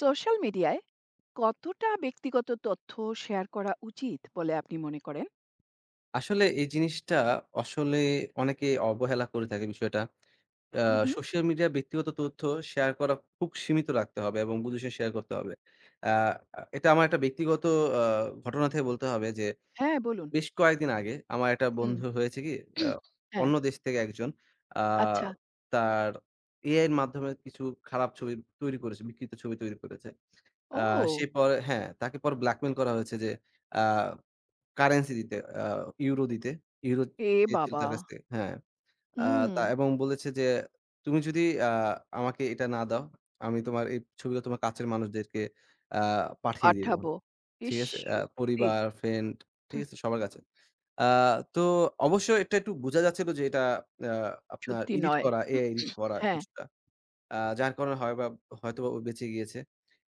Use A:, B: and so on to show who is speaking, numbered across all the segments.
A: Social মিডিয়ায় কতটা ব্যক্তিগত তথ্য শেয়ার করা উচিত বলে আপনি মনে করেন?
B: আসলে এই জিনিসটা আসলে অনেকে অবহেলা করে থাকে বিষয়টা।
A: হু,
B: হুম।
A: হু।
B: সোশ্যাল মিডিয়া ব্যক্তিগত তথ্য শেয়ার করা খুব সীমিত রাখতে হবে এবং বুঝে শেয়ার করতে হবে। আ এটা আমার একটা ব্যক্তিগত আ ঘটনা থেকে বলতে হবে যে,
A: হ্যাঁ, বলুন।
B: বেশ কয়েকদিন আগে আমার একটা
A: হুম।
B: বন্ধু হয়েছে কি আ
A: হ্যাঁ,
B: অন্য দেশ থেকে একজন আ
A: আচ্ছা।
B: তার AI এর মাধ্যমে কিছু খারাপ ছবি তৈরি করেছে, বিকৃত ছবি তৈরি করেছে। আ সে
A: ও!
B: পরে হ্যাঁ, তাকে পরে ব্ল্যাকমেইল করা হয়েছে যে আ কারেন্সি দিতে ইউরো দিতে। ইউরো
A: এ
B: চেয়েছিল
A: বাবা!
B: তার কাছ থেকে হ্যাঁ। আ
A: হুম,
B: তা এবং বলেছে যে, "তুমি যদি আ আমাকে এটা না দাও, আমি তোমার এই ছবিটা তোমার কাছের মানুষদেরকে আ পাঠিয়ে দিব।"
A: পাঠাবো।
B: ঠিক
A: ইস!
B: আছে?
A: সত্যি,
B: পরিবার, ফ্রেন্ড, ঠিক আছে? সবার কাছে। আ তো অবশ্য এটা একটু বোঝা যাচ্ছিল যে এটা আ আপনার
A: সত্যি
B: এডিট
A: নয়।
B: করা, এআই এডিট করা
A: হ্যাঁ,
B: কিছুটা। যার কারণে হয় বা হয়তোবা ও বেঁচে গিয়েছে।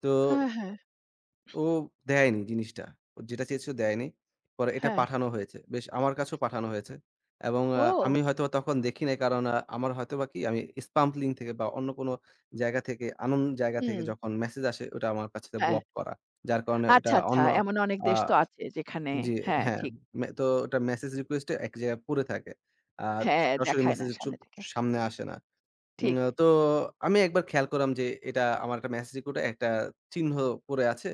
B: তো
A: হ্যাঁ, হ্যাঁ,
B: ও দেয়নি জিনিসটা। ও যেটা চেয়েছিল দেয়নি। পরে এটা
A: হ্যাঁ।
B: পাঠানো হয়েছে। বেশ আমার কাছেও পাঠানো হয়েছে। এবং
A: ও!
B: আমি হয়তোবা তখন দেখি নাই কারণ আমার হয়তোবা কি আমি স্পাম লিঙ্ক থেকে বা অন্য কোনো জায়গা থেকে আনন জায়গা থেকে
A: হুম,
B: যখন মেসেজ আসে ওটা আমার কাছে
A: হ্যাঁ।
B: ব্লক করা। যার কারণে এটা
A: আচ্ছা, আচ্ছা।
B: অন্য
A: এমন অনেক
B: আ
A: দেশ তো আছে যেখানে
B: জি,
A: হ্যাঁ,
B: হ্যাঁ,
A: ঠিক।
B: মে তো ওটা মেসেজ রিকোয়েস্ট এ এক জায়গায় পড়ে থাকে। আ
A: হ্যাঁ,
B: সরাসরি
A: দেখায় না
B: মেসেজ চুল
A: সামনে থেকে।
B: সামনে আসে না। উম
A: ঠিক,
B: আ তো আমি একবার খেয়াল করলাম যে এটা আমার একটা মেসেজ কোডে একটা চিহ্ন পড়ে আছে।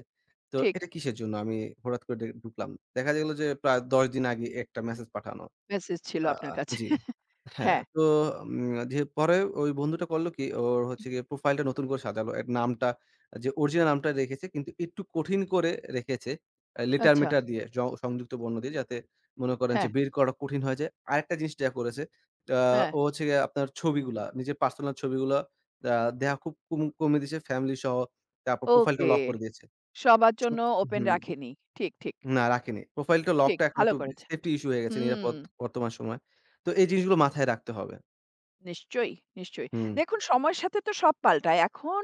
B: তো
A: ঠিক।
B: এটা কিসের জন্য? আমি হঠাৎ করে ডে ঢুকলাম। দেখা গেল যে প্রায় ১০ দিন আগে একটা মেসেজ পাঠানো।
A: মেসেজ ছিল
B: আ
A: আপনার কাছে।
B: জি। হ্যাঁ,
A: হ্যাঁ,
B: তো যে পরে ওই বন্ধুটা করলো কি ওর হচ্ছে গিয়ে প্রোফাইলটা নতুন করে সাজালো। এর নামটা যে অরিজিনাল নামটা রেখেছে কিন্তু একটু কঠিন করে রেখেছে।
A: আচ্ছা।
B: লেটার-মেটার দিয়ে জ সংযুক্ত বর্ণ দিয়ে যাতে মনে করেন যে
A: হ্যাঁ,
B: বের করা কঠিন হয়ে যায়। আরেকটা জিনিস যা করেছে, আ
A: হ্যাঁ।
B: ও হচ্ছে গিয়ে আপনার ছবিগুলা নিজের পার্সোনাল ছবিগুলা আ দেয়া খুব কম কমিয়ে দিয়েছে ফ্যামিলি সহ, তারপর প্রোফাইলটা
A: ওকে।
B: লক করে দিয়েছে।
A: সবার
B: সব
A: জন্য ওপেন
B: হুম।
A: রাখেনি। ঠিক, ঠিক,
B: না রাখিনি। প্রোফাইলটা
A: ঠিক।
B: লকটা এখন
A: ভালো
B: একটু
A: করেছে।
B: সেফটি ইস্যু হয়ে গেছে,
A: হুম।
B: নিরাপদ বর্তমান সময়। তো এই জিনিসগুলো মাথায় রাখতে হবে।
A: নিশ্চয়ই, নিশ্চয়ই।
B: হুম,
A: দেখুন সময়ের সাথে তো সব পাল্টায়। এখন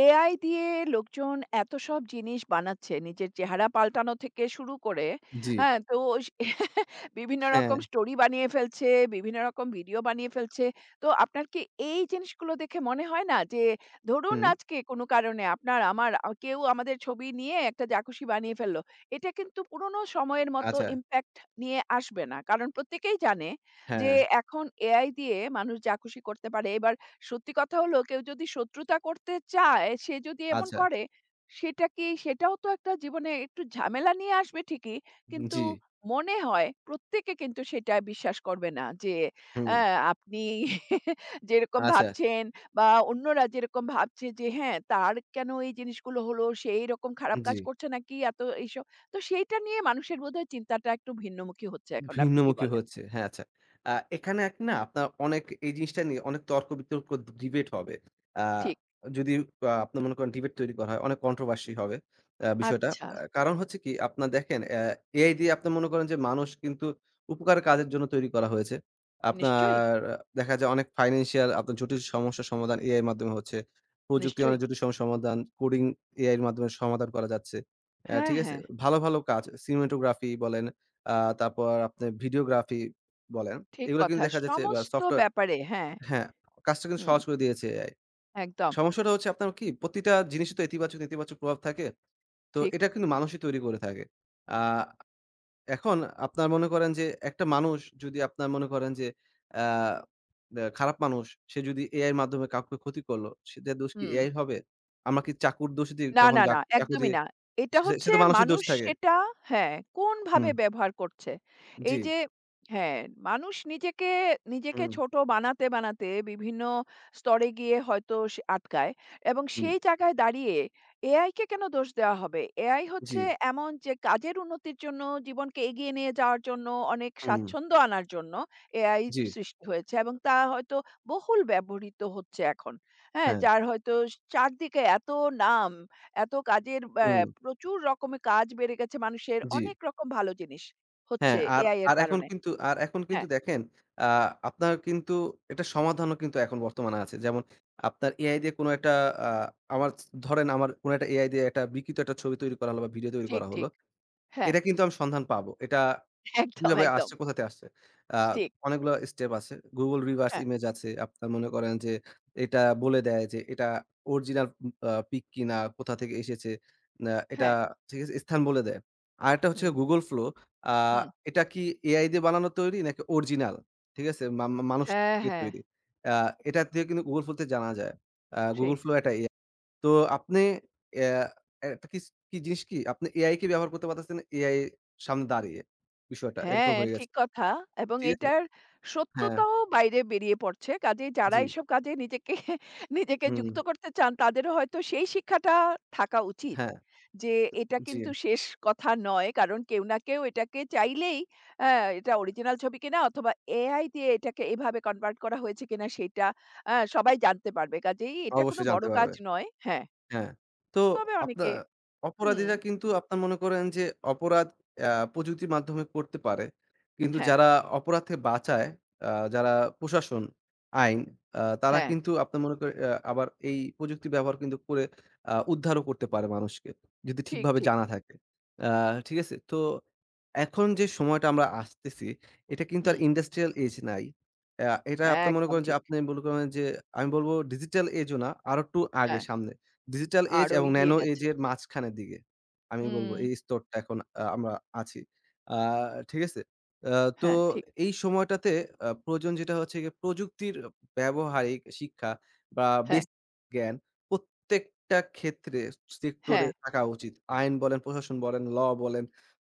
A: AI দিয়ে লোকজন এত সব জিনিস বানাচ্ছে। নিজের চেহারা পাল্টানো থেকে শুরু করে,
B: জি।
A: হ্যাঁ? তো স বিভিন্ন
B: হ্যাঁ,
A: রকম স্টোরি বানিয়ে ফেলছে, বিভিন্ন রকম ভিডিও বানিয়ে ফেলছে। তো আপনার কি এই জিনিসগুলো দেখে মনে হয় না যে ধরুন
B: হুম,
A: আজকে কোনো কারণে আপনার আমার কেউ আমাদের ছবি নিয়ে একটা যা খুশি বানিয়ে ফেলল। এটা কিন্তু পুরনো সময়ের মতো
B: আচ্ছা,
A: ইমপ্যাক্ট নিয়ে আসবে না। কারণ প্রত্যেকেই জানে যে
B: হ্যাঁ,
A: এখন এআই দিয়ে মানুষ যা খুশি করতে পারে। এবার সত্যি কথা হলো কেউ যদি শত্রুতা করতে চায়, সে যদি এমন
B: আচ্ছা,
A: করে, সেটা কি সেটাও তো একটা জীবনে একটু ঝামেলা নিয়ে আসবে ঠিকই। কিন্তু
B: জি,
A: মনে হয় প্রত্যেকে কিন্তু সেটা বিশ্বাস করবে না যে
B: হুম,
A: অ্যা আপনি যেরকম
B: আচ্ছা,
A: ভাবছেন বা অন্যরা যেরকম ভাবছে যে হ্যাঁ, তার কেন এই জিনিসগুলো হলো? সে এইরকম খারাপ
B: জি।
A: কাজ করছে নাকি এত এইসব। তো সেইটা নিয়ে মানুষের বোধহয় চিন্তাটা একটু ভিন্নমুখী হচ্ছে এখন। আপনি কি
B: ভিন্নমুখী
A: বলেন?
B: হচ্ছে। হ্যাঁ, আচ্ছা। এখানে এক না আপনার অনেক এই জিনিসটা নিয়ে অনেক তর্ক-বিতর্ক ডিবেট হবে। আ
A: ঠিক।
B: যদি আপনার মনে করেন ডিবেট তৈরি করা হয়, অনেক কন্ট্রোভার্সি হবে বিষয়টা।
A: আচ্ছা,
B: কারণ হচ্ছে কি আপনার দেখেন, এআই দিয়ে আপনি মনে করেন যে মানুষ কিন্তু উপকারের কাজের জন্য তৈরি করা হয়েছে।
A: নিশ্চয়ই,
B: আপনার আহ, দেখা যায় অনেক ফাইন্যান্সিয়াল আপনার জটিল সমস্যার সমাধান এআই এর মাধ্যমে হচ্ছে। প্রযুক্তির
A: নিশ্চয়ই।
B: অনেক জটিল সমস্যার সমাধান, কোডিং এআই এর মাধ্যমে সমাধান করা যাচ্ছে।
A: হ্যাঁ,
B: ঠিক আছে?
A: হ্যাঁ,
B: ভালো, ভালো কাজ, সিনেমাটোগ্রাফি বলেন, আ তারপর আপনি ভিডিওগ্রাফি বলেন।
A: ঠিক
B: এগুলো কিন্তু
A: কথা।
B: দেখা যাচ্ছে, বা
A: সমস্ত
B: সফটওয়্যার,
A: ব্যাপারে হ্যাঁ,
B: হ্যাঁ, কাজটা কিন্তু
A: হুম,
B: সহজ করে দিয়েছে এআই।
A: একদম
B: সমস্যাটা হচ্ছে আপনার কি প্রতিটা জিনিসই তো ইতিবাচক, নেতিবাচক প্রভাব থাকে। তো
A: ঠিক।
B: এটা কিন্তু মানুষই তৈরি করে থাকে। আ এখন আপনার মনে করেন যে একটা মানুষ যদি আপনার মনে করেন যে আ ব্যা খারাপ মানুষ, সে যদি এআইয়ের মাধ্যমে কাউকে ক্ষতি করলো, সেটার দোষ কি
A: হুম।
B: এআইর হবে? আমরা কি চাকুর দোষ দিই
A: না,
B: কখন
A: না,
B: যাক
A: না,
B: চাকু
A: একদমই
B: দিয়ে,
A: না। এটা
B: সে সে
A: হচ্ছে
B: তো মানুষের দোষ
A: মানুষ
B: থাকে।
A: সেটা হ্যাঁ, কোনভাবে
B: হুম,
A: ব্যবহার করছে।
B: জি,
A: এই যে হ্যাঁ, মানুষ নিজেকে, নিজেকে
B: হুম,
A: ছোট বানাতে, বানাতে বিভিন্ন স্তরে গিয়ে হয়তো সে আটকায় এবং
B: হুম,
A: সেই জায়গায় দাঁড়িয়ে এআই কে কেন দোষ দেওয়া হবে? এআই
B: জি,
A: হচ্ছে এমন যে কাজের উন্নতির জন্য, জীবনকে এগিয়ে নিয়ে যাওয়ার জন্য, অনেক
B: হুম,
A: স্বাচ্ছন্দ্য আনার জন্য এআই
B: জি।
A: সৃষ্টি হয়েছে এবং তা হয়তো বহুল ব্যবহৃত হচ্ছে এখন। হ্যাঁ,
B: হ্যাঁ,
A: যার হয়তো চারদিকে এত নাম এত কাজের
B: হুম,
A: প্রচুর রকমের কাজ বেড়ে গেছে মানুষের।
B: জি।
A: অনেক রকম ভালো জিনিস
B: হ্যাঁ,
A: হচ্ছে
B: আর
A: এআই এর
B: আর এখন
A: কারণে।
B: কিন্তু আর এখন কিন্তু
A: হ্যাঁ,
B: দেখেন, আ আপনার কিন্তু এটার সমাধানও কিন্তু এখন বর্তমানে আছে। যেমন আপনার এআই দিয়ে কোনো একটা আ আমার ধরেন আমার কোনো একটা এআই দিয়ে একটা বিকৃত একটা ছবি তৈরি করা হলো বা ভিডিও তৈরি
A: ঠিক,
B: করা হলো।
A: ঠিক। হ্যাঁ,
B: এটা কিন্তু আমি সন্ধান পাবো। এটা
A: একদম,
B: কিভাবে
A: একদম।
B: আসছে, কোথা থেকে আসছে? আ
A: ঠিক।
B: অনেকগুলা স্টেপ আছে। Google reverse
A: হ্যাঁ,
B: image আছে। আপনার মনে করেন যে এটা বলে দেয় যে এটা অরিজিনাল উম আ পিক কিনা, কোথা থেকে এসেছে। না এটা
A: হ্যাঁ।
B: ঠিক আছে? স্থান বলে দেয়। আরেকটা হচ্ছে
A: হুম,
B: Google Flow, আ
A: হুম।
B: এটা কি AI দিয়ে বানানো তৈরি নাকি অরিজিনাল? ঠিক আছে? মা মা মানুষ
A: হ্যাঁ,
B: দিয়ে
A: হ্যাঁ।
B: তৈরি। আ এটা দিয়ে কিন্তু Google Flow তে জানা যায়।
A: সেই।
B: Google Flow একটা AI। তো আপনি অ্যা একটা কিস কি জিনিস কি আপনি এআই কে ব্যবহার করতে পারতেছেন এআই সামনে দাঁড়িয়ে। বিষয়টা এরকম
A: হ্যাঁ,
B: হয়ে গেছে।
A: ঠিক কথা। এবং
B: ঠিক আছে?
A: এটার
B: হ্যাঁ,
A: সত্যতাও বাইরে বেরিয়ে পড়ছে। কাজেই যারা
B: জি।
A: এসব কাজে নিজেকে নিজেকে
B: হুম,
A: যুক্ত করতে চান তাদেরও হয়তো সেই শিক্ষাটা থাকা উচিত।
B: হ্যাঁ,
A: যে এটা
B: জি।
A: কিন্তু শেষ কথা নয়। কারণ কেউ না কেউ এটাকে চাইলেই আ এটা অরিজিনাল ছবি কিনা অথবা AI দিয়ে এটাকে এভাবে কনভার্ট করা হয়েছে কিনা সেটা সবাই জানতে পারবে। কাজেই এটা কোনো
B: অবশ্যই জানতে
A: বড় কাজ
B: পারবে।
A: নয়। হ্যাঁ,
B: হ্যাঁ, তো
A: তবে
B: আপনা
A: অনেকে হুম,
B: অপরাধীরা কিন্তু আপনার মনে করেন যে অপরাধ প্রযুক্তির মাধ্যমে করতে পারে। কিন্তু
A: হ্যাঁ,
B: যারা অপরাধ থেকে বাঁচায়, যারা প্রশাসন, আইন, তারা
A: হ্যাঁ,
B: কিন্তু আপনার মনে করেন আবার এই প্রযুক্তি ব্যবহার কিন্তু করে উদ্ধারও করতে পারে মানুষকে। যদি
A: ঠিক,
B: ঠিকভাবে
A: ঠিক।
B: জানা থাকে। আ ঠিক আছে? তো এখন যে সময়টা আমরা আসতেছি, এটা কিন্তু আর
A: হুম,
B: ইন্ডাস্ট্রিয়াল এজ নাই। এটা আপনি মনে
A: একদম
B: করেন যে
A: ঠিক।
B: আমি বলব ডিজিটাল এজও না, আরো একটু আগে
A: হ্যাঁ।
B: সামনে। ডিজিটাল এজ
A: আরো
B: এবং
A: এগিয়ে
B: ন্যানো এজ
A: গেছে।
B: এর মাঝখানের দিকে। আমি বলব
A: হুম,
B: এই স্তরটা এখন আমরা আছি। আ ঠিক আছে? আ তো
A: হ্যাঁ, ঠিক।
B: এই সময়টাতে প্রয়োজন যেটা হচ্ছে গিয়ে প্রযুক্তির ব্যবহারিক শিক্ষা বা
A: হ্যাঁ,
B: বেসিক জ্ঞান প্রত্যেকটা ক্ষেত্রে সেক্টরে
A: হ্যাঁ,
B: থাকা উচিত। আইন বলেন, প্রশাসন বলেন, ল বলেন,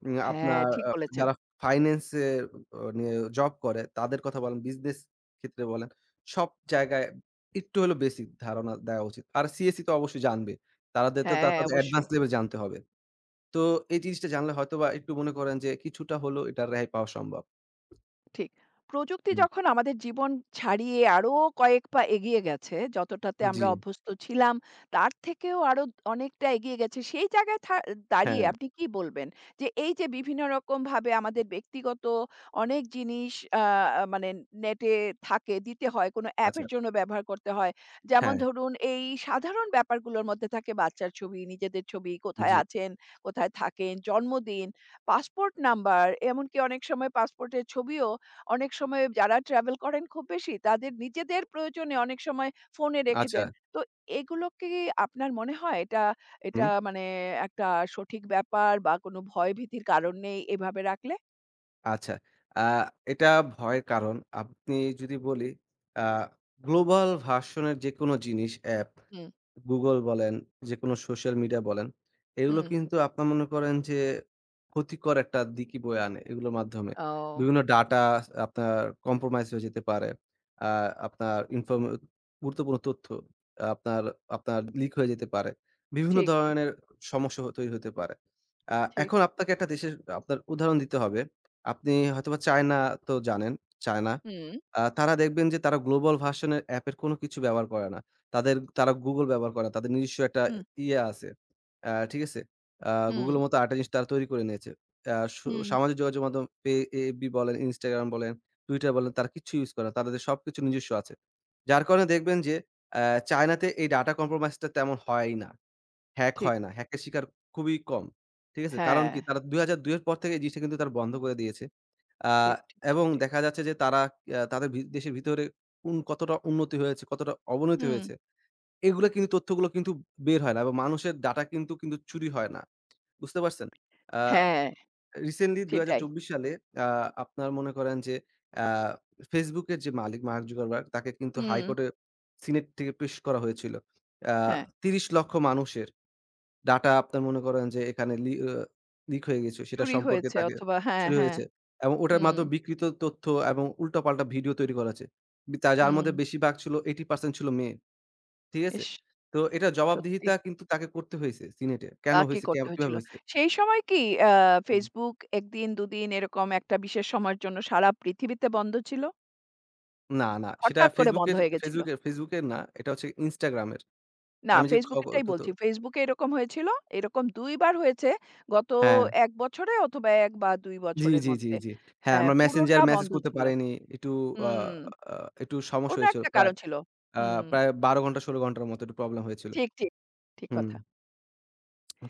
A: হ্যাঁ,
B: আপনার
A: ঠিক বলেছেন।
B: যারা ফাইন্যান্স এ নিয়ে জব করে তাদের কথা বলেন, বিজনেস ক্ষেত্রে বলেন, সব জায়গায় একটু হলেও বেসিক ধারণা দেওয়া উচিত। আর সিএসই তো অবশ্যই জানবে। তাদের তো
A: হ্যাঁ,
B: তারা অ্যাডভান্স
A: অবশ্যই।
B: লেভেল জানতে হবে। তো এই জিনিসটা জানলে হয়তোবা একটু মনে করেন যে কিছুটা হলেও এটা রেহাই পাওয়া সম্ভব।
A: ঠিক। প্রযুক্তি
B: হুম,
A: যখন আমাদের জীবন ছাড়িয়ে আরো কয়েক পা এগিয়ে গেছে, যতটাতে
B: জি,
A: আমরা অভ্যস্ত ছিলাম, তার থেকেও আরো অনেকটা এগিয়ে গেছে। সেই জায়গায় দাঁড়িয়ে
B: হ্যাঁ,
A: আপনি কি বলবেন? যে এই যে বিভিন্ন রকমভাবে আমাদের ব্যক্তিগত অনেক জিনিস আ মানে নেটে থাকে, দিতে হয়, কোনো
B: আচ্ছা,
A: অ্যাপের জন্য ব্যবহার করতে হয়। যেমন
B: হ্যাঁ,
A: ধরুন এই সাধারণ ব্যাপারগুলোর মধ্যে থাকে বাচ্চার ছবি, নিজেদের ছবি, কোথায়
B: জি,
A: আছেন, কোথায় থাকেন, জন্মদিন, পাসপোর্ট নাম্বার, এমনকি অনেক সময় পাসপোর্টের ছবিও অনেক সময় যারা ট্রাভেল করেন খুব বেশি, তাদের নিজেদের প্রয়োজনে অনেক সময় ফোনে রেখে
B: আচ্ছা,
A: দেন। তো এগুলো কি আপনার মনে হয় এটা এটা
B: হুম,
A: মানে একটা সঠিক ব্যাপার বা কোনো ভয়ভীতির কারণ নেই এভাবে রাখলে?
B: আচ্ছা। আ এটা ভয়ের কারণ। আপনি যদি বলি, আ গ্লোবাল ভার্সন এর যেকোনো জিনিস অ্যাপ,
A: হুম,
B: Google বলেন, যেকোনো সোশ্যাল মিডিয়া বলেন, এগুলো
A: হুম।
B: কিন্তু আপনার মনে করেন যে ক্ষতিকর একটা দিকই বয়ে আনে এগুলোর মাধ্যমে।
A: ও
B: বিভিন্ন ডাটা আপনার compromise হয়ে যেতে পারে। আ আপনার ইনফর্ম গুরুত্বপূর্ণ তথ্য আপনার আপনার লিক হয়ে যেতে পারে। বিভিন্ন
A: ঠিক, ঠিক,
B: ধরনের সমস্যা হ তৈরি হতে পারে। আ
A: ঠিক।
B: এখন আপনাকে একটা দেশের আপনার উদাহরণ দিতে হবে। আপনি হয়তোবা চায়না তো জানেন, চায়না,
A: হুম,
B: তারা দেখবেন যে তারা গ্লোবাল ভার্সন এর অ্যাপের কোনো কিছু ব্যবহার করে না। তাদের তারা Google ব্যবহার করে না। তাদের নিজস্ব একটা
A: হুম,
B: ইয়ে আছে। ঠিক আছে? আ
A: হুম,
B: Google এর মতো আরেকটা জিনিস তারা তৈরি করে নিয়েছে। আ সু
A: হুম,
B: সামাজিক যোগাযোগ মাধ্যম পে FB বলেন, Instagram বলেন, Twitter বলেন, তারা কিচ্ছু ইউজ করে না। তাদের সবকিছু নিজস্ব আছে। যার কারণে দেখবেন যে অ্যা চায়নাতে এই ডাটা কম্প্রোমাইজ টা তেমন হয়ই না। হ্যাক
A: ঠিক।
B: হয় না। হ্যাকের শিকার খুবই কম। ঠিক আছে? কারণ
A: হ্যাঁ,
B: কি? তারা ২০০২ এর পর থেকে এই জিনিসটা কিন্তু তারা বন্ধ করে দিয়েছে। আ
A: ঠিক, ঠিক, ঠিক,
B: এবং
A: ঠিক।
B: দেখা যাচ্ছে যে তারা তাদের ভি দেশের ভিতরে উন কতটা উন্নতি হয়েছে, কতটা অবনতি
A: হুম,
B: হয়েছে, এগুলা কিন্তু তথ্যগুলো কিন্তু বের হয় না এবং মানুষের ডাটা কিন্তু চুরি হয় না। বুঝতে পারছেন? আ
A: হ্যাঁ,
B: রিসেন্টলি
A: সেটাই।
B: ২০২৪ সালে আ আপনার মনে করেন যে আ Facebook এর যে মালিক মার্ক জুকারবার্গ, তাকে কিন্তু
A: হুম,
B: হাইকোর্টে সিনেট থেকে পেশ করা হয়েছিল। আ
A: হ্যাঁ।
B: ৩০ লক্ষ মানুষের ডাটা আপনার মনে করেন যে এখানে লি আ লিক হয়ে গেছে। সেটা
A: চুরি
B: সম্পর্কে
A: হয়েছে
B: তাকে
A: অথবা হ্যাঁ,
B: চুরি
A: হ্যাঁ।
B: হয়েছে এবং ওটার
A: হুম,
B: মাধ্যমে বিকৃত তথ্য এবং উল্টাপাল্টা ভিডিও তৈরি করা হয়েছে। বি তা যার
A: হুম।
B: মধ্যে বেশিরভাগ ছিল 80% ছিল মেয়ে। ঠিক আছে?
A: ইস!
B: তো এটা
A: সত্যি।
B: জবাবদিহিতা কিন্তু তাকে করতে হইছে সিনেটে। কেন
A: তাকে
B: হইছে? কে
A: করতে
B: কিভাবে
A: হয়েছিল।
B: হইছে?
A: সেই সময় কি আ
B: হুম।
A: Facebook ১ দিন, ২ দিন এরকম একটা বিশেষ সময়ের জন্য সারা পৃথিবীতে বন্ধ ছিল।
B: না, না, সেটা
A: হঠাৎ করে বন্ধ হয়ে গেছিল।
B: Facebook এর না। এটা হচ্ছে Instagram এর।
A: না
B: আমি যে খ
A: Facebook এরটাই
B: তো তো
A: বলছি। Facebook এ এরকম হয়েছিল। এরকম ২ বার হয়েছে গত
B: হ্যাঁ।
A: ১ বছরে অথবা ১ বা ২
B: জি,
A: বছরের
B: জি, জি,
A: মধ্যে।
B: জি। হ্যাঁ,
A: হ্যাঁ,
B: আমরা মেসেঞ্জার
A: পুরোটা
B: মেসেজ
A: বন্ধ
B: করতে
A: ছিল।
B: পারিনি। একটু আ
A: হুম,
B: আ একটু সমস্যা
A: কোনো
B: হয়েছিল।
A: একটা কারণ ছিল।
B: আ
A: হুম,
B: প্রায় ১২ ঘন্টা ১৬ ঘন্টার মতো একটু প্রবলেম হয়েছিল।
A: ঠিক, ঠিক, ঠিক
B: হুম।
A: কথা।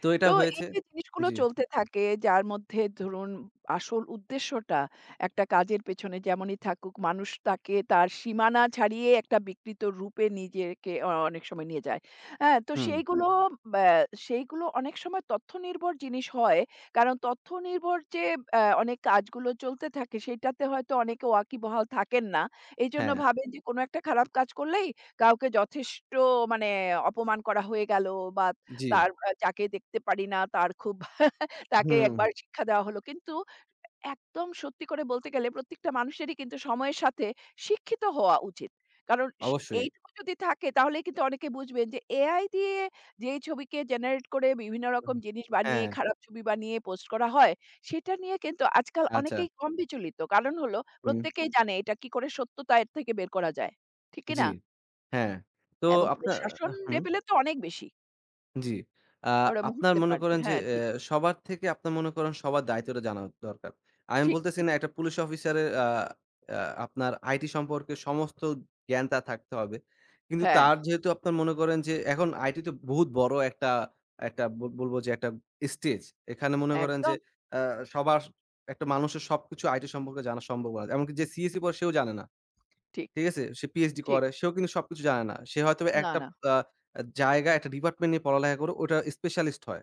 B: তো এটা
A: তো এই
B: হয়েছে
A: যে জিনিসগুলো
B: জি।
A: চলতে থাকে যার মধ্যে ধরুন আসল উদ্দেশ্যটা একটা কাজের পেছনে যেমনই থাকুক মানুষ তাকে তার সীমানা ছাড়িয়ে একটা বিকৃত রূপে নিজেকে অনেক সময় নিয়ে যায় হ্যাঁ তো
B: হুম,
A: সেইগুলো বা, সেইগুলো অনেক সময় তথ্য নির্ভর জিনিস হয় কারণ তথ্য নির্ভর যে অনেক কাজগুলো চলতে থাকে সেটাতে হয়তো অনেকে ওয়াকিবহাল থাকেন না এই জন্য
B: হ্যাঁ,
A: ভাবেন যে কোনো একটা খারাপ কাজ করলেই কাউকে যথেষ্ট মানে অপমান করা হয়ে গেল বা
B: জি।
A: তার যাকে দেখতে পারি না তার খুব তাকে
B: হুম,
A: একবার শিক্ষা দেওয়া হলো। কিন্তু একদম সত্যি করে বলতে গেলে প্রত্যেকটা মানুষেরই কিন্তু সময়ের সাথে শিক্ষিত হওয়া উচিত। কারণ
B: অবশ্যই।
A: এইটুকু যদি থাকে তাহলেই কিন্তু অনেকে বুঝবেন যে AI দিয়ে যেই ছবিকে জেনারেট করে বিভিন্ন রকম জিনিস বানিয়ে,
B: হ্যাঁ,
A: খারাপ ছবি বানিয়ে পোস্ট করা হয়, সেটা নিয়ে কিন্তু আজকাল
B: আচ্ছা।
A: অনেকেই কম বিচলিত। কারণ হলো
B: হুম,
A: প্রত্যেকেই জানে এটা কি করে সত্যতা এর থেকে বের করা যায়। ঠিক কি
B: জি।
A: না?
B: হ্যাঁ। তো
A: এবং
B: আপনার
A: প্রশাসন
B: হুম।
A: লেভেলে তো অনেক বেশি।
B: জি। আ
A: ওরা
B: আপনার
A: মুহূর্তে
B: মনে
A: পারবে।
B: করেন যে
A: হ্যাঁ, ঠিক।
B: সবার থেকে আপনার মনে করেন সবার দায়িত্বটা জানা দরকার। আমি
A: ঠিক,
B: বলতেছি
A: ঠিক।
B: না একটা পুলিশ অফিসারের আ আ আপনার আইটি সম্পর্কে সমস্ত জ্ঞান তার থাকতে হবে। কিন্তু
A: হ্যাঁ,
B: তার যেহেতু আপনার মনে করেন যে এখন আইটি তো বহুত বড় একটা, একটা ব বলব যে একটা স্টেজ। এখানে মনে করেন যে
A: একদম
B: আ সবার, একটা মানুষের সবকিছু আইটি সম্পর্কে জানা সম্ভব না। এমনকি যে সিএসই পড়ে সেও জানে না।
A: ঠিক,
B: ঠিক আছে? সে পিএইচডি
A: ঠিক।
B: করে। সেও কিন্তু সবকিছু জানে না। সে হয়তোবা
A: না,
B: একটা
A: না।
B: আ জায়গা, একটা ডিপার্টমেন্ট নিয়ে পড়ালেখা করে ওটার স্পেশালিস্ট হয়।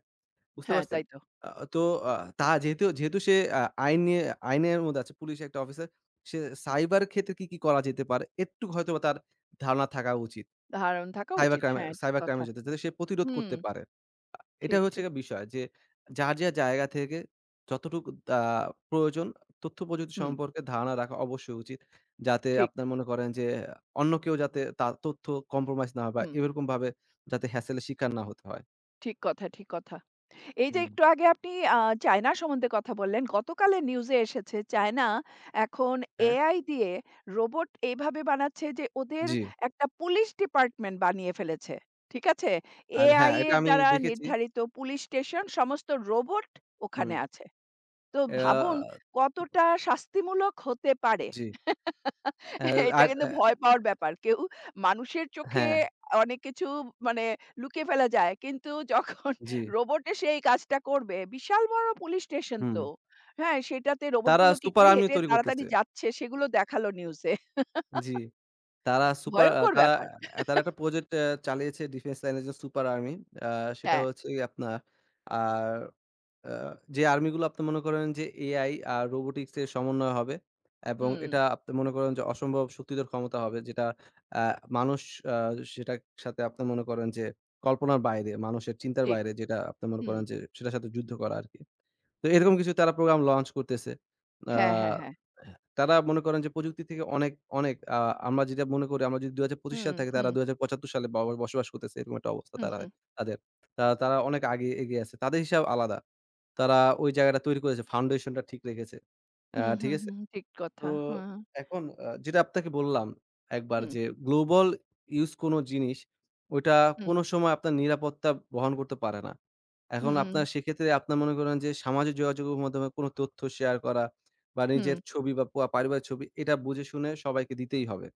B: বুঝতে
A: হ্যাঁ,
B: পারছেন?
A: তাই তো।
B: আ তো আ তা যেহেতু সে আইন নিয়ে, আইনের মধ্যে আছে, পুলিশ একটা অফিসার। সে সাইবার ক্ষেত্রে কি করা যেতে পারে? একটু হয়তোবা তার ধারণা থাকা উচিত।
A: ধারণ থাকা
B: সাইবার
A: উচিত।
B: ক্রাইম এ,
A: হ্যাঁ, ঠিক
B: সাইবার ক্রাইম
A: কথা।
B: এর যাতে সে প্রতিরোধ
A: হুম,
B: করতে পারে। এটা
A: ঠিক,
B: হচ্ছে
A: ঠিক।
B: গিয়ে বিষয় যে যার জায়গা থেকে যতটুকু আ প্রয়োজন তথ্য প্রযুক্তি
A: হুম,
B: সম্পর্কে ধারণা রাখা অবশ্যই উচিত। যাতে
A: ঠিক।
B: আপনার মনে করেন যে অন্য কেউ যাতে তার তথ্য compromise না হয় বা
A: হুম,
B: এরকমভাবে যাতে hassle এর শিকার না হতে হয়।
A: ঠিক কথা, ঠিক কথা। এই যে
B: হুম,
A: একটু আগে আপনি আ চায়না সম্বন্ধে কথা বললেন। গতকালের নিউজে এসেছে চায়না এখন
B: হ্যাঁ।
A: AI দিয়ে রোবট এইভাবে বানাচ্ছে যে ওদের
B: জি।
A: একটা পুলিশ ডিপার্টমেন্ট বানিয়ে ফেলেছে। ঠিক আছে?
B: আর হ্যাঁ,
A: AI
B: এটা
A: এর
B: আমি
A: দ্বারা
B: দেখেছি।
A: নির্ধারিত পুলিশ স্টেশন সমস্ত রোবট
B: হুম,
A: ওখানে আছে। তো
B: এরা
A: ভাবুন কতটা শাস্তিমূলক হতে পারে।
B: জি। অ্যা
A: এটা
B: আর
A: কিন্তু
B: অ্যা
A: ভয় পাওয়ার ব্যাপার। কেউ মানুষের চোখে
B: হ্যাঁ,
A: অনেক কিছু মানে লুকিয়ে ফেলা যায়। কিন্তু যখন
B: জি।
A: রোবট এসে এই কাজটা করবে, বিশাল বড় পুলিশ স্টেশন
B: হুম।
A: তো। হ্যাঁ, সেটাতে
B: তারা
A: রোবটগুলো কি
B: super
A: করে
B: army
A: হেঁটে
B: তৈরি
A: তাড়াতাড়ি
B: করতেছে।
A: যাচ্ছে সেগুলো দেখালো নিউজে।
B: জি। তারা সুপার
A: ভয়ংকর
B: তারা
A: ব্যাপার।
B: তারা একটা প্রজেক্ট এ চালিয়েছে ডিফেন্স লাইনের যে সুপার আর্মি। আ সেটা
A: হ্যাঁ,
B: হচ্ছে আপনার আর আ যে আর্মি গুলো আপনি মনে করেন যে এআই আর রোবোটিক্স এর সমন্বয় হবে এবং
A: হুম,
B: এটা আপনি মনে করেন যে অসম্ভব শক্তিধর ক্ষমতা হবে, যেটা আ মানুষ আ সেটার সাথে আপনি মনে করেন যে কল্পনার বাইরে, মানুষের চিন্তার
A: ঠিক।
B: বাইরে, যেটা আপনি মনে
A: হুম,
B: করেন যে সেটার সাথে যুদ্ধ করা আরকি। তো এরকম কিছু তারা প্রোগ্রাম লঞ্চ করতেছে। আ
A: হ্যাঁ, হ্যাঁ, হ্যাঁ।
B: তারা মনে করেন যে প্রযুক্তি থেকে অনেক আমরা যেটা মনে করি আমরা যদি ২০২৫
A: হুম,
B: সাল থাকি তারা
A: হুম,
B: ২০৭৫ সালে ব বসবাস করতেছে এরকম একটা অবস্থা
A: হুম,
B: তারা
A: হুম,
B: তাদের। তা তারা অনেক আগে এগিয়ে আছে। তাদের হিসাব আলাদা। তারা ওই জায়গাটা তৈরি করেছে। ফাউন্ডেশনটা ঠিক রেখেছে।
A: হুম,
B: ঠিক
A: হুম,
B: আছে?
A: হুম, ঠিক
B: তো
A: কথা। হুম,
B: এখন যেটা আপনাকে বললাম একবার
A: হুম,
B: যে গ্লোবাল ইউজ কোন জিনিস ওইটা
A: হুম,
B: কোন সময় আপনার নিরাপত্তা বহন করতে পারে না। এখন
A: হুম,
B: আপনার সেক্ষেত্রে আপনার মনে করেন যে সামাজিক যোগাযোগের মাধ্যমে কোন তথ্য শেয়ার করা বা
A: হুম,
B: নিজের ছবি বা পা পারিবারিক ছবি এটা বুঝে শুনে সবাইকে দিতেই হবে।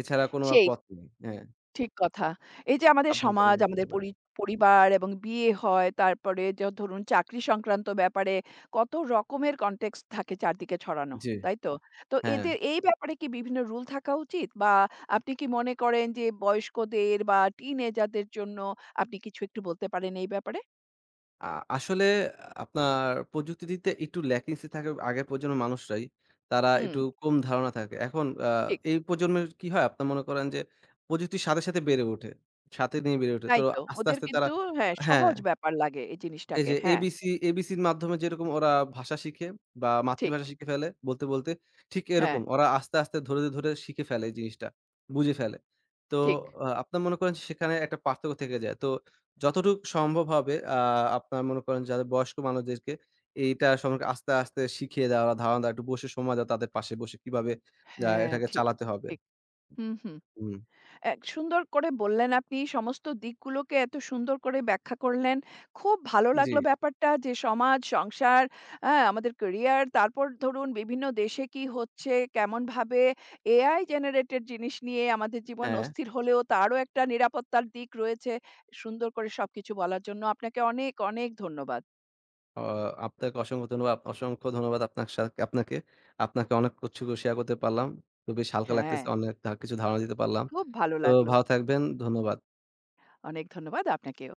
B: এছাড়া কোন আর
A: সেই।
B: পথ নেই। হ্যাঁ,
A: ঠিক কথা। এই যে আমাদের সমাজ,
B: সাবধানতামূলক হতে
A: আমাদের
B: পারে।
A: পরিবার এবং বিয়ে হয়, তারপরে ধরুন চাকরি সংক্রান্ত ব্যাপারে কত রকমের কনটেক্সট থাকে চারদিকে ছড়ানো,
B: জি,
A: তাই তো? তো
B: হ্যাঁ।
A: এদের এই ব্যাপারে কি বিভিন্ন রুল থাকা উচিত? বা আপনি কি মনে করেন যে বয়স্কদের বা টিনেজারদের জন্য আপনি কিছু একটু বলতে পারেন এই ব্যাপারে?
B: আ আসলে আপনার প্রযুক্তিতে একটু ল্যাকিংসি থাকে আগের প্রজন্মের মানুষরাই। তারা
A: হুম,
B: একটু কম ধারণা থাকে। এখন
A: ঠিক।
B: এই প্রজন্মের কি হয় আপনার মনে করেন যে প্রযুক্তির সাথে বেড়ে ওঠে। সাথে নিয়ে বেড়ে ওঠে। তো
A: তাই তো।
B: আস্তে,
A: ওদের
B: আস্তে তারা,
A: কিন্তু হ্যাঁ,
B: হ্যাঁ।
A: সহজ ব্যাপার লাগে এই
B: এই
A: জিনিসটাকে।
B: যে
A: হ্যাঁ,
B: এবিসি, এবিসির মাধ্যমে যেরকম ওরা ভাষা শিখে বা
A: ঠিক।
B: মাতৃভাষা শিখে ফেলে বলতে, বলতে, ঠিক
A: হ্যাঁ,
B: এরকম ওরা আস্তে, আস্তে ধরে, ধরে শিখে ফেলে এই জিনিসটা, বুঝে ফেলে। তো
A: ঠিক।
B: আপনার মনে করেন সেখানে একটা পার্থক্য থেকে যায়। তো যতটুক সম্ভব হবে আপনার মনে করেন যাদের বয়স্ক মানুষদেরকে এইটা সম্পর্কে আস্তে, আস্তে শিখিয়ে দেওয়া বা ধারণা দেওয়া, একটু বসে সময় দেওয়া তাদের পাশে বসে কিভাবে
A: হ্যাঁ,
B: এটাকে
A: ঠিক,
B: চালাতে হবে।
A: ঠিক। হুম, হুম।
B: হুম,
A: এক সুন্দর করে বললেন আপনি সমস্ত দিকগুলোকে এত সুন্দর করে ব্যাখ্যা করলেন। খুব ভালো
B: জি,
A: লাগলো ব্যাপারটা যে সমাজ, সংসার, হ্যাঁ? আমাদের ক্যারিয়ার তারপর ধরুন বিভিন্ন দেশে কি হচ্ছে, কেমনভাবে AI জেনারেটেড জিনিস নিয়ে আমাদের জীবন
B: হ্যাঁ।
A: অস্থির হলেও তারও একটা নিরাপত্তার দিক রয়েছে। সুন্দর করে সবকিছু বলার জন্য আপনাকে অনেক, অনেক ধন্যবাদ।
B: অ আপনাকে অসংখ্য ধন্যবাদ অসংখ্য ধন্যবাদ আপনার সা আপনাকে। আপনাকে অনেক কিছু শেয়ার করতে পারলাম। খুব বেশ হালকা
A: হ্যাঁ,
B: লাগতেছে। অনেক ধা- কিছু ধারণা দিতে পারলাম।
A: খুব ভালো
B: তো
A: লাগলো।
B: ভালো থাকবেন। ধন্যবাদ।
A: অনেক ধন্যবাদ আপনাকেও।